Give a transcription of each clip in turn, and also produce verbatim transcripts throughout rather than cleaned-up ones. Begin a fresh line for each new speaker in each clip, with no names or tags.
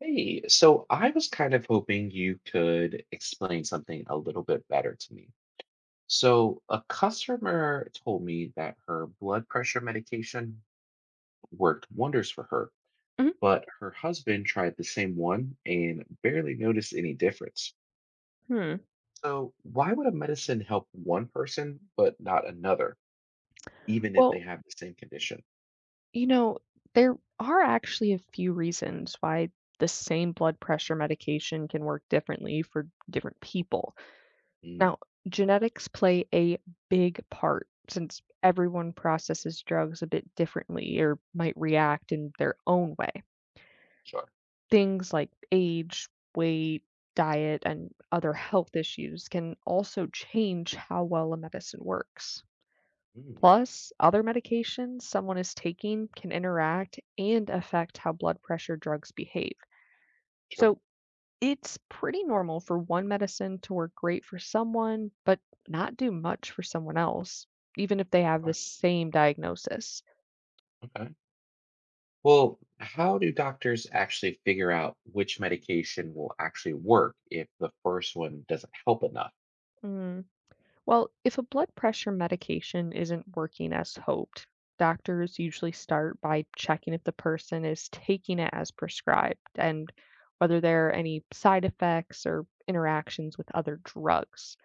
Hey, so I was kind of hoping you could explain something a little bit better to me. So, a customer told me that her blood pressure medication worked wonders for her, but her husband tried the same one and barely noticed any difference.
Mhm.
So, why would a medicine help one person but not another, even if they
Well,
have the same condition?
you know, there are actually a few reasons why the same blood pressure medication can work differently for different people.
Mm,
Now, genetics play a big part since everyone processes drugs a bit differently or might react in their own way.
sure.
Things like age, weight, diet, and other health issues can also change how well a medicine works.
Mm,
Plus, other medications someone is taking can interact and affect how blood pressure drugs behave.
sure.
So, it's pretty normal for one medicine to work great for someone, but not do much for someone else, even if they have the
Sure.
same diagnosis.
Okay. Well, how do doctors actually figure out which medication will actually work if the first one doesn't help enough?
Well, if a blood pressure medication isn't working as hoped, doctors usually start by checking if the person is taking it as prescribed and whether there are any side effects or interactions with other drugs.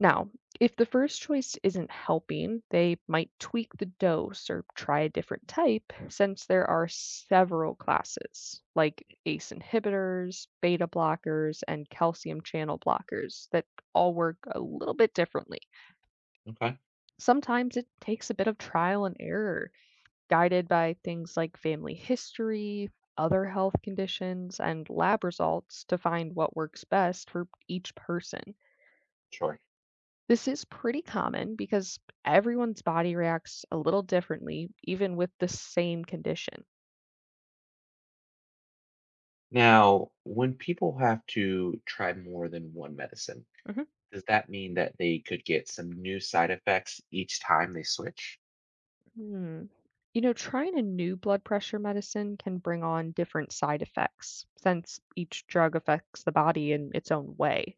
Now, if the first choice isn't helping, they might tweak the dose or try a different type since there are several classes, like ACE inhibitors, beta blockers, and calcium channel blockers that all work a little bit differently.
Okay,
Sometimes it takes a bit of trial and error, guided by things like family history, other health conditions, and lab results to find what works best for each person.
sure.
This is pretty common because everyone's body reacts a little differently, even with the same condition.
Now, when people have to try more than one medicine,
hmm
does that mean that they could get some new side effects each time they switch?
Hmm. You know, trying a new blood pressure medicine can bring on different side effects since each drug affects the body in its own way.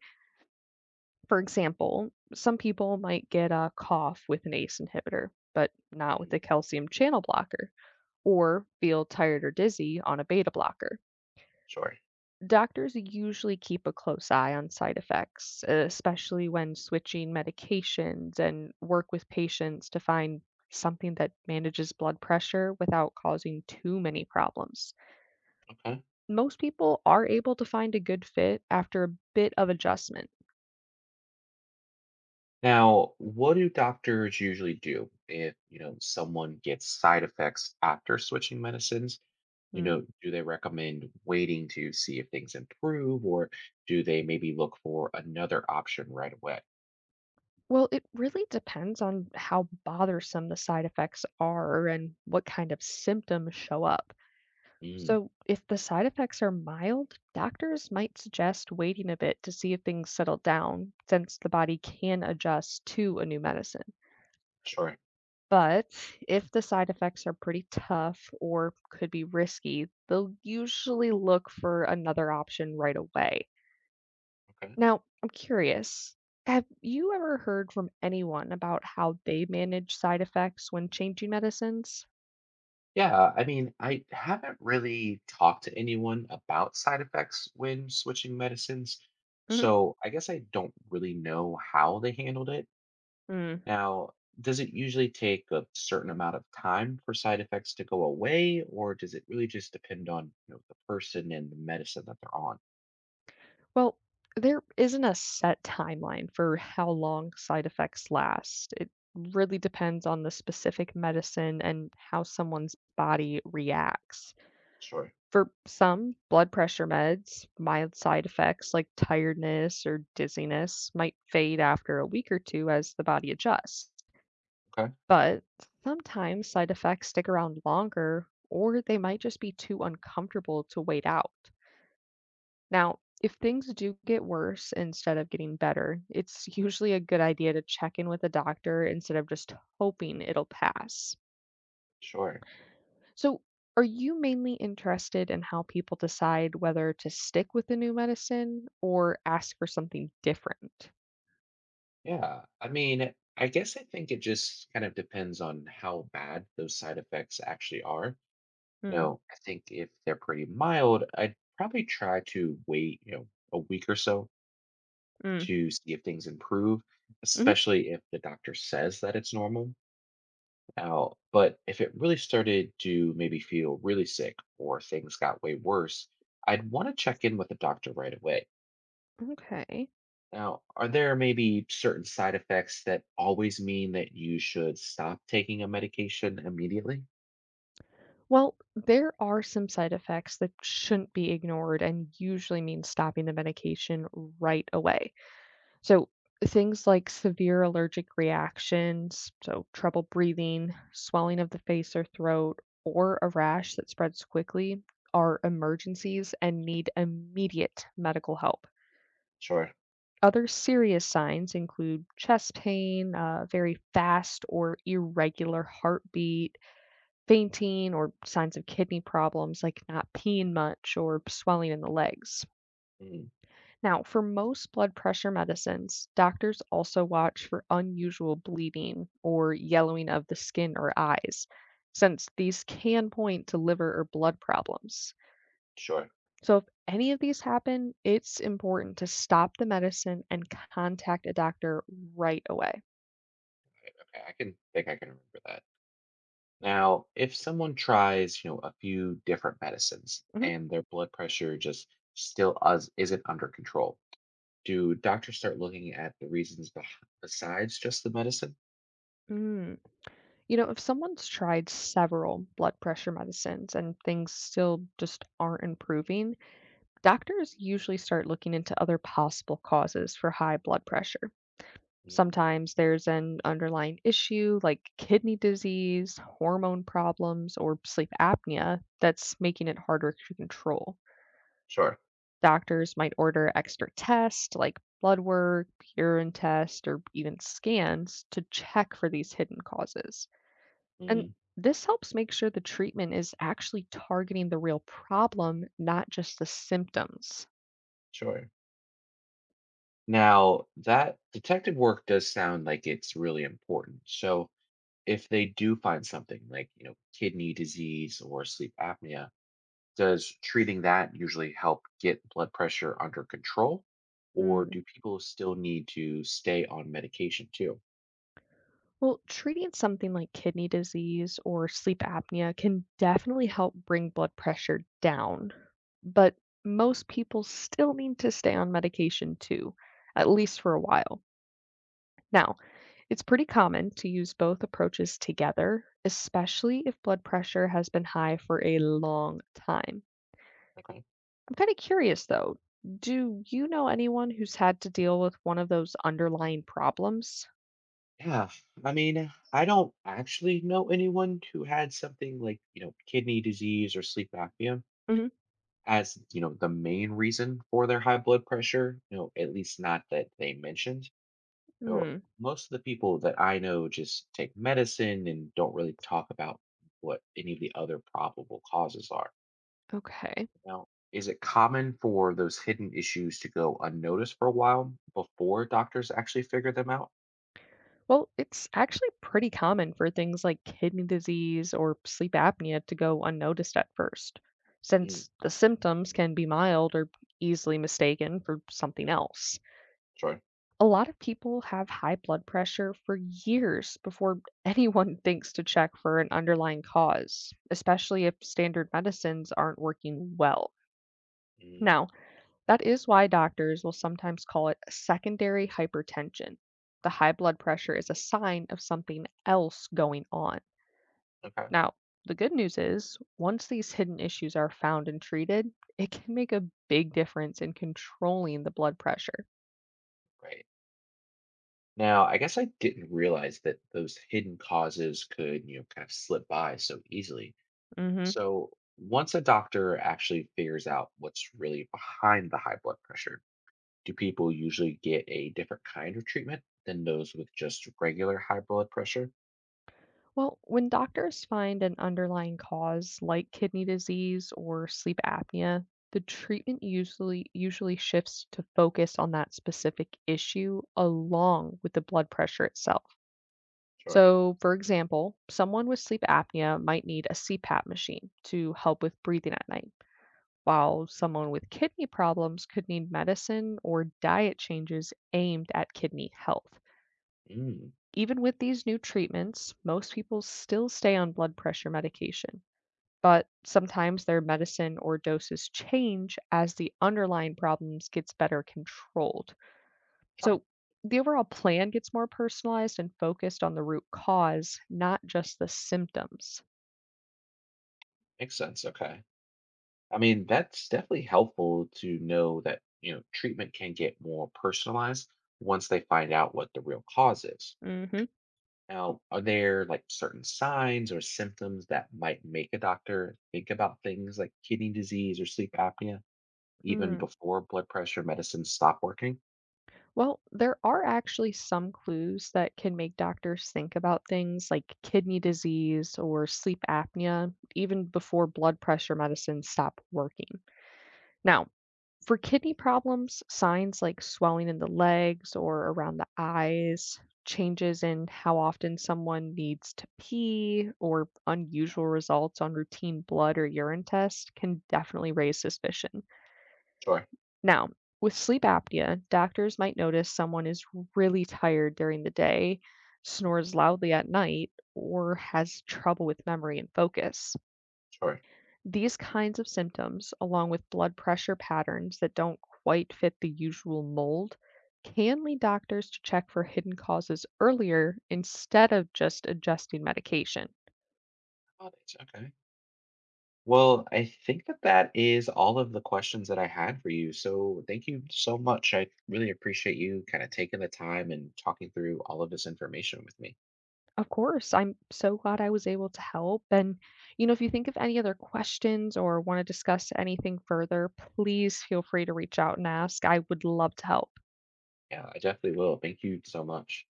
For example, some people might get a cough with an ACE inhibitor, but not with
Mm,
a calcium channel blocker, or feel tired or dizzy on a beta blocker.
sure.
Doctors usually keep a close eye on side effects, especially when switching medications and work with patients to find something that manages blood pressure without causing too many problems.
Okay.
Most people are able to find a good fit after a bit of adjustment.
Now, what do doctors usually do if, you know, someone gets side effects after switching medicines? You know, do they recommend waiting to see if things improve, or do they maybe look for another option right away?
Well, it really depends on how bothersome the side effects are and what kind of symptoms show up.
Mm,
So, if the side effects are mild, doctors might suggest waiting a bit to see if things settle down, since the body can adjust to a new medicine.
sure.
But if the side effects are pretty tough or could be risky, they'll usually look for another option right away.
Okay.
Now, I'm curious, have you ever heard from anyone about how they manage side effects when changing medicines?
Yeah, I mean, I haven't really talked to anyone about side effects when switching medicines,
hmm
so I guess I don't really know how they handled it.
Mm.
Now, does it usually take a certain amount of time for side effects to go away, or does it really just depend on, you know, the person and the medicine that they're on?
Well, there isn't a set timeline for how long side effects last. It really depends on the specific medicine and how someone's body reacts.
Sure.
For some blood pressure meds, mild side effects like tiredness or dizziness might fade after a week or two as the body adjusts.
Okay.
But sometimes side effects stick around longer, or they might just be too uncomfortable to wait out. Now, if things do get worse instead of getting better, it's usually a good idea to check in with a doctor instead of just hoping it'll pass.
Sure.
So, are you mainly interested in how people decide whether to stick with the new medicine or ask for something different?
Yeah, I mean, I guess I think it just kind of depends on how bad those side effects actually are. You
Mm.
know, I think if they're pretty mild, I'd probably try to wait, you know, a week or so
Mm.
to see if things improve,
Mhm.
especially if the doctor says that it's normal. Now, but if it really started to maybe feel really sick or things got way worse, I'd want to check in with the doctor right away.
Okay.
Now, are there maybe certain side effects that always mean that you should stop taking a medication immediately?
Well, there are some side effects that shouldn't be ignored and usually mean stopping the medication right away. So, things like severe allergic reactions, so trouble breathing, swelling of the face or throat, or a rash that spreads quickly are emergencies and need immediate medical help.
Sure.
Other serious signs include chest pain, uh, very fast or irregular heartbeat, fainting or signs of kidney problems like not peeing much or swelling in the legs.
Mm,
Now, for most blood pressure medicines, doctors also watch for unusual bleeding or yellowing of the skin or eyes, since these can point to liver or blood problems.
sure.
So, if any of these happen, it's important to stop the medicine and contact a doctor right away.
Okay, I can think I can remember that. Now, if someone tries, you know, a few different medicines
Mhm.
and their blood pressure just still us isn't under control, do doctors start looking at the reasons beh besides just the medicine?
Mm. You know, if someone's tried several blood pressure medicines and things still just aren't improving, doctors usually start looking into other possible causes for high blood pressure.
Mm,
Sometimes there's an underlying issue like kidney disease, hormone problems, or sleep apnea that's making it harder to control.
sure.
Doctors might order extra tests like blood work, urine test, or even scans to check for these hidden causes. And
Mm,
this helps make sure the treatment is actually targeting the real problem, not just the symptoms.
sure. Now, that detective work does sound like it's really important. So, if they do find something like, you know, kidney disease or sleep apnea, does treating that usually help get blood pressure under control, or
Hmm.
do people still need to stay on medication too?
Well, treating something like kidney disease or sleep apnea can definitely help bring blood pressure down, but
Mm,
most people still need to stay on medication too, at least for a while. Now, it's pretty common to use both approaches together, especially if blood pressure has been high for a long time.
okay.
I'm kind of curious though, do you know anyone who's had to deal with one of those underlying problems?
Yeah, I mean, I don't actually know anyone who had something like, you know, kidney disease or sleep apnea as, you know, the main reason for their high blood pressure, you know, at least not that they mentioned. So,
hmm
most of the people that I know just take medicine and don't really talk about what any of the other probable causes are.
Okay.
Now, is it common for those hidden issues to go unnoticed for a while before doctors actually figure them out?
Well, it's actually pretty common for things like kidney disease or sleep apnea to go unnoticed at first,
Mm,
since the symptoms can be mild or easily mistaken for something else.
sorry.
A lot of people have high blood pressure for years before anyone thinks to check for an underlying cause, especially if standard medicines aren't working well.
Mm,
Now, that is why doctors will sometimes call it secondary hypertension. The high blood pressure is a sign of something else going on.
okay,
Now, the good news is, once these hidden issues are found and treated, it can make a big difference in controlling the blood pressure.
great. Now, I guess I didn't realize that those hidden causes could, you know, kind of slip by so easily.
hmm
So, once a doctor actually figures out what's really behind the high blood pressure, do people usually get a different kind of treatment than those with just regular high blood pressure?
Well, when doctors find an underlying cause like kidney disease or sleep apnea, the treatment usually usually shifts to focus on that specific issue along with the blood pressure itself.
Sure.
So, for example, someone with sleep apnea might need a CPAP machine to help with breathing at night, while someone with kidney problems could need medicine or diet changes aimed at kidney health.
Mm,
Even with these new treatments, most people still stay on blood pressure medication, but sometimes their medicine or doses change as the underlying problems gets better controlled.
sure.
So the overall plan gets more personalized and focused on the root cause, not just the symptoms.
Makes sense. Okay. I mean, that's definitely helpful to know that, you know, treatment can get more personalized once they find out what the real cause is.
hmm
Now, are there like certain signs or symptoms that might make a doctor think about things like kidney disease or sleep apnea even
Hmm.
before blood pressure medicines stop working?
Well, there are actually some clues that can make doctors think about things like kidney disease or sleep apnea even before blood pressure medicines stop working. Now, for kidney problems, signs like swelling in the legs or around the eyes, changes in how often someone needs to pee, or unusual results on routine blood or urine tests can definitely raise suspicion.
Sure.
Now, with sleep apnea, doctors might notice someone is really tired during the day, snores loudly at night, or has trouble with memory and focus.
Sure.
These kinds of symptoms, along with blood pressure patterns that don't quite fit the usual mold, can lead doctors to check for hidden causes earlier instead of just adjusting medication.
Oh, that's okay. Well, I think that that is all of the questions that I had for you. So thank you so much. I really appreciate you kind of taking the time and talking through all of this information with me.
Of course, I'm so glad I was able to help. And, you know, if you think of any other questions or want to discuss anything further, please feel free to reach out and ask. I would love to help.
Yeah, I definitely will. Thank you so much.